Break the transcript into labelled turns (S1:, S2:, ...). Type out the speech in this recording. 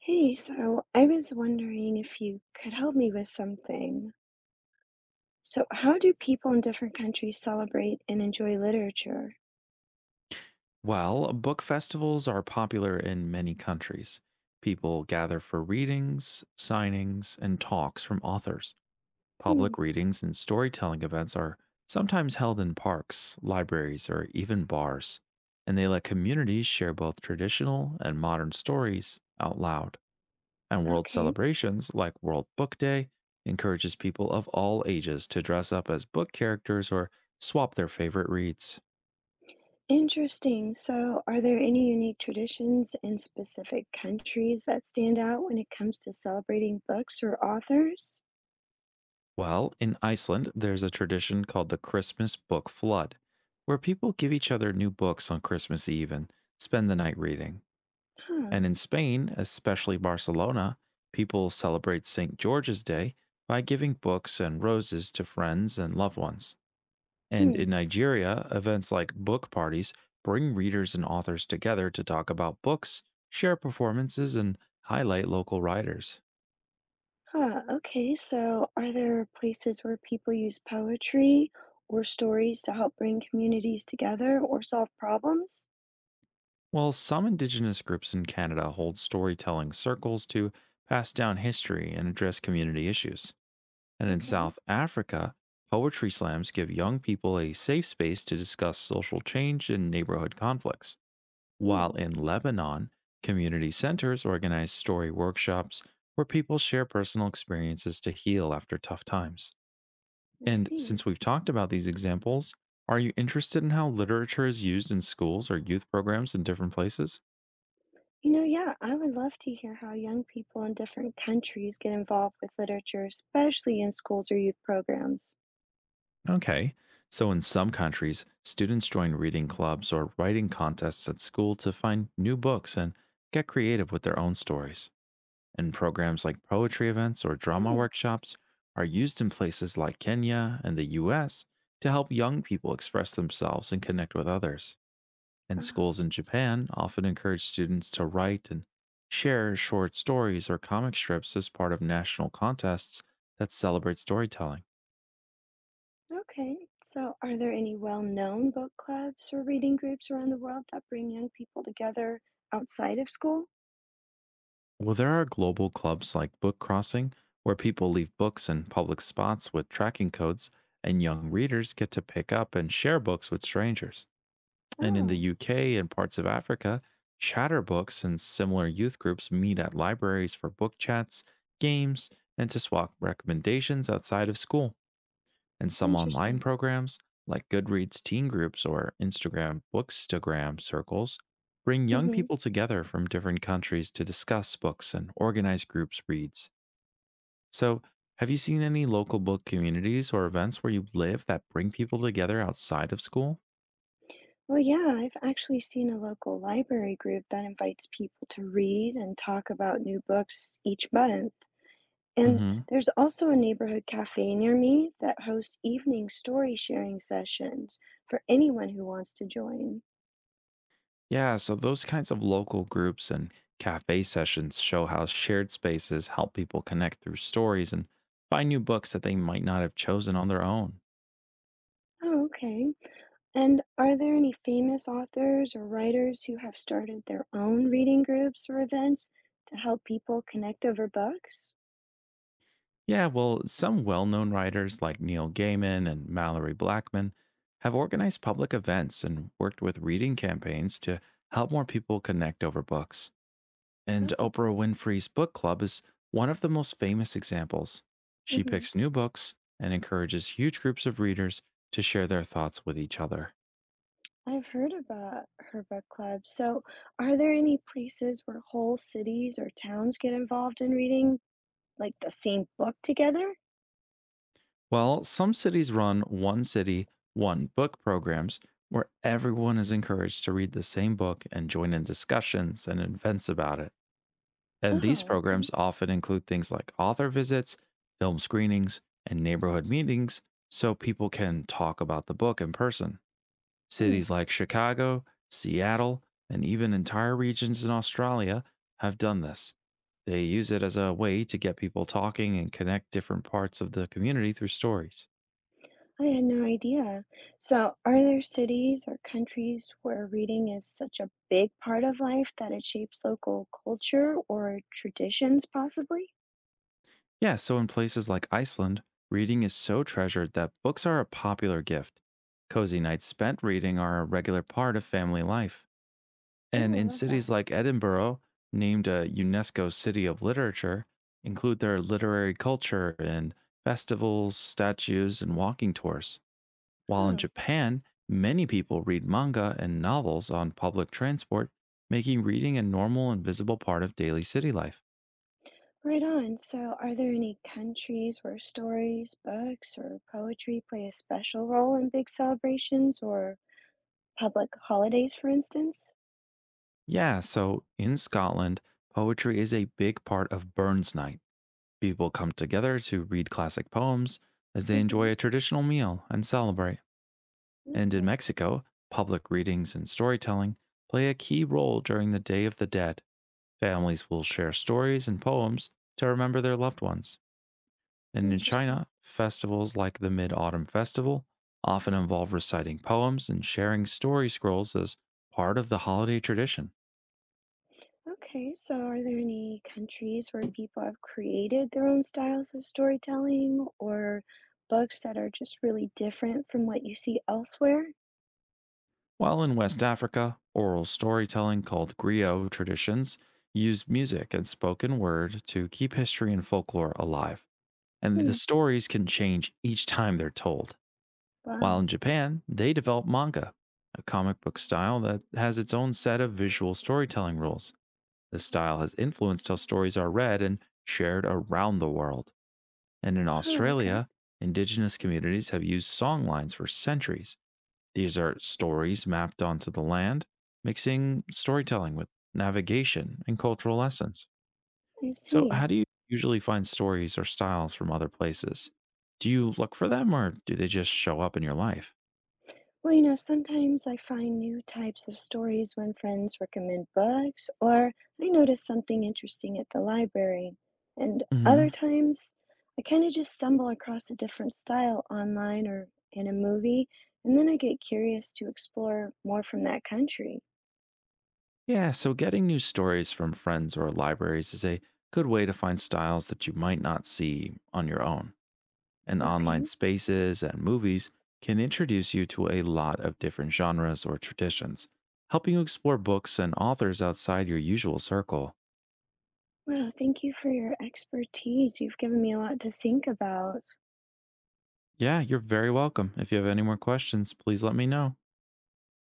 S1: Hey, so I was wondering if you could help me with something. So, how do people in different countries celebrate and enjoy literature?
S2: Well, book festivals are popular in many countries. People gather for readings, signings, and talks from authors.
S1: Hmm,
S2: Public readings and storytelling events are sometimes held in parks, libraries, or even bars, and they let communities share both traditional and modern stories out loud. And world
S1: okay.
S2: celebrations like World Book Day encourages people of all ages to dress up as book characters or swap their favorite reads.
S1: Interesting. So, are there any unique traditions in specific countries that stand out when it comes to celebrating books or authors?
S2: Well, in Iceland, there's a tradition called the Christmas Book Flood, where people give each other new books on Christmas Eve and spend the night reading.
S1: Huh.
S2: And in Spain, especially Barcelona, people celebrate St. George's Day by giving books and roses to friends and loved ones. And
S1: Hmm.
S2: in Nigeria, events like book parties bring readers and authors together to talk about books, share performances, and highlight local writers.
S1: Huh. Okay. So, are there places where people use poetry or stories to help bring communities together or solve problems?
S2: Well, some Indigenous groups in Canada hold storytelling circles to pass down history and address community issues. And in
S1: Okay.
S2: South Africa, poetry slams give young people a safe space to discuss social change and neighborhood conflicts. While
S1: Hmm.
S2: in Lebanon, community centers organize story workshops where people share personal experiences to heal after tough times.
S1: I
S2: And since
S1: see.
S2: we've talked about these examples, are you interested in how literature is used in schools or youth programs in different places?
S1: Yeah, I would love to hear how young people in different countries get involved with literature, especially in schools or youth programs.
S2: Okay. So, in some countries, students join reading clubs or writing contests at school to find new books and get creative with their own stories. And programs like poetry events or drama
S1: Hmm.
S2: workshops are used in places like Kenya and the US to help young people express themselves and connect with others. And
S1: Ah,
S2: schools in Japan often encourage students to write and share short stories or comic strips as part of national contests that celebrate storytelling.
S1: okay. So, are there any well-known book clubs or reading groups around the world that bring young people together outside of school?
S2: Well, there are global clubs like Book Crossing, where people leave books in public spots with tracking codes, and young readers get to pick up and share books with strangers. And in the
S1: Oh,
S2: UK and parts of Africa, chatterbooks and similar youth groups meet at libraries for book chats, games, and to swap recommendations outside of school and some online
S1: interesting.
S2: programs like Goodreads teen groups or Instagram bookstagram circles bring young
S1: Mm-hmm.
S2: people together from different countries to discuss books and organize groups reads. So, have you seen any local book communities or events where you live that bring people together outside of school?
S1: Well, yeah, I've actually seen a local library group that invites people to read and talk about new books each month. And
S2: hmm
S1: there's also a neighborhood cafe near me that hosts evening story sharing sessions for anyone who wants to join.
S2: Yeah, so those kinds of local groups and cafe sessions show how shared spaces help people connect through stories and find new books that they might not have chosen on their own.
S1: Oh, okay. And are there any famous authors or writers who have started their own reading groups or events to help people connect over books?
S2: Yeah, well, some well known writers like Neil Gaiman and Mallory Blackman have organized public events and worked with reading campaigns to help more people connect over books. And
S1: Oh.
S2: Oprah Winfrey's book club is one of the most famous examples. She
S1: hmm
S2: picks new books and encourages huge groups of readers to share their thoughts with each other.
S1: I've heard about her book club. So, are there any places where whole cities or towns get involved in reading like the same book together?
S2: Well, some cities run one city, one book programs where everyone is encouraged to read the same book and join in discussions and events about it. And these
S1: Oh, okay.
S2: programs often include things like author visits, film screenings, and neighborhood meetings so people can talk about the book in person.
S1: Hmm.
S2: Cities like Chicago, Seattle, and even entire regions in Australia have done this. They use it as a way to get people talking and connect different parts of the community through stories.
S1: I had no idea. So, are there cities or countries where reading is such a big part of life that it shapes local culture or traditions, possibly?
S2: Yeah, so in places like Iceland, reading is so treasured that books are a popular gift. Cozy nights spent reading are a regular part of family life. And
S1: Oh, I
S2: in
S1: love that.
S2: cities like Edinburgh, named a UNESCO City of Literature, include their literary culture in festivals, statues, and walking tours. While in
S1: Huh.
S2: Japan, many people read manga and novels on public transport, making reading a normal and visible part of daily city life.
S1: Right on. So, are there any countries where stories, books, or poetry play a special role in big celebrations or public holidays, for instance?
S2: Yeah, so in Scotland, poetry is a big part of Burns Night. People come together to read classic poems as they
S1: Mm-hmm.
S2: enjoy a traditional meal and celebrate. And in
S1: No.
S2: Mexico, public readings and storytelling play a key role during the Day of the Dead. Families will share stories and poems to remember their loved ones. And in
S1: Interesting.
S2: China, festivals like the Mid Autumn Festival often involve reciting poems and sharing story scrolls as part of the holiday tradition.
S1: Okay, so are there any countries where people have created their own styles of storytelling or books that are just really different from what you see elsewhere?
S2: While in West Africa, oral storytelling called griot traditions use music and spoken word to keep history and folklore alive. And the
S1: Hmm,
S2: stories can change each time they're told. While
S1: wow.
S2: in Japan, they developed manga, a comic book style that has its own set of visual storytelling rules. This style has influenced how stories are read and shared around the world. And in
S1: Oh, okay.
S2: Australia, indigenous communities have used songlines for centuries. These are stories mapped onto the land, mixing storytelling with navigation and cultural lessons.
S1: I
S2: So, how
S1: see.
S2: do you usually find stories or styles from other places? Do you look for them or do they just show up in your life?
S1: Well, sometimes I find new types of stories when friends recommend books, or I notice something interesting at the library. And other
S2: hmm
S1: times, I kind of just stumble across a different style online or in a movie, and then I get curious to explore more from that country.
S2: Yeah, so getting new stories from friends or libraries is a good way to find styles that you might not see on your own. And
S1: Okay.
S2: online spaces and movies can introduce you to a lot of different genres or traditions, helping you explore books and authors outside your usual circle.
S1: Wow, thank you for your expertise. You've given me a lot to think about.
S2: Yeah, you're very welcome. If you have any more questions, please let me know.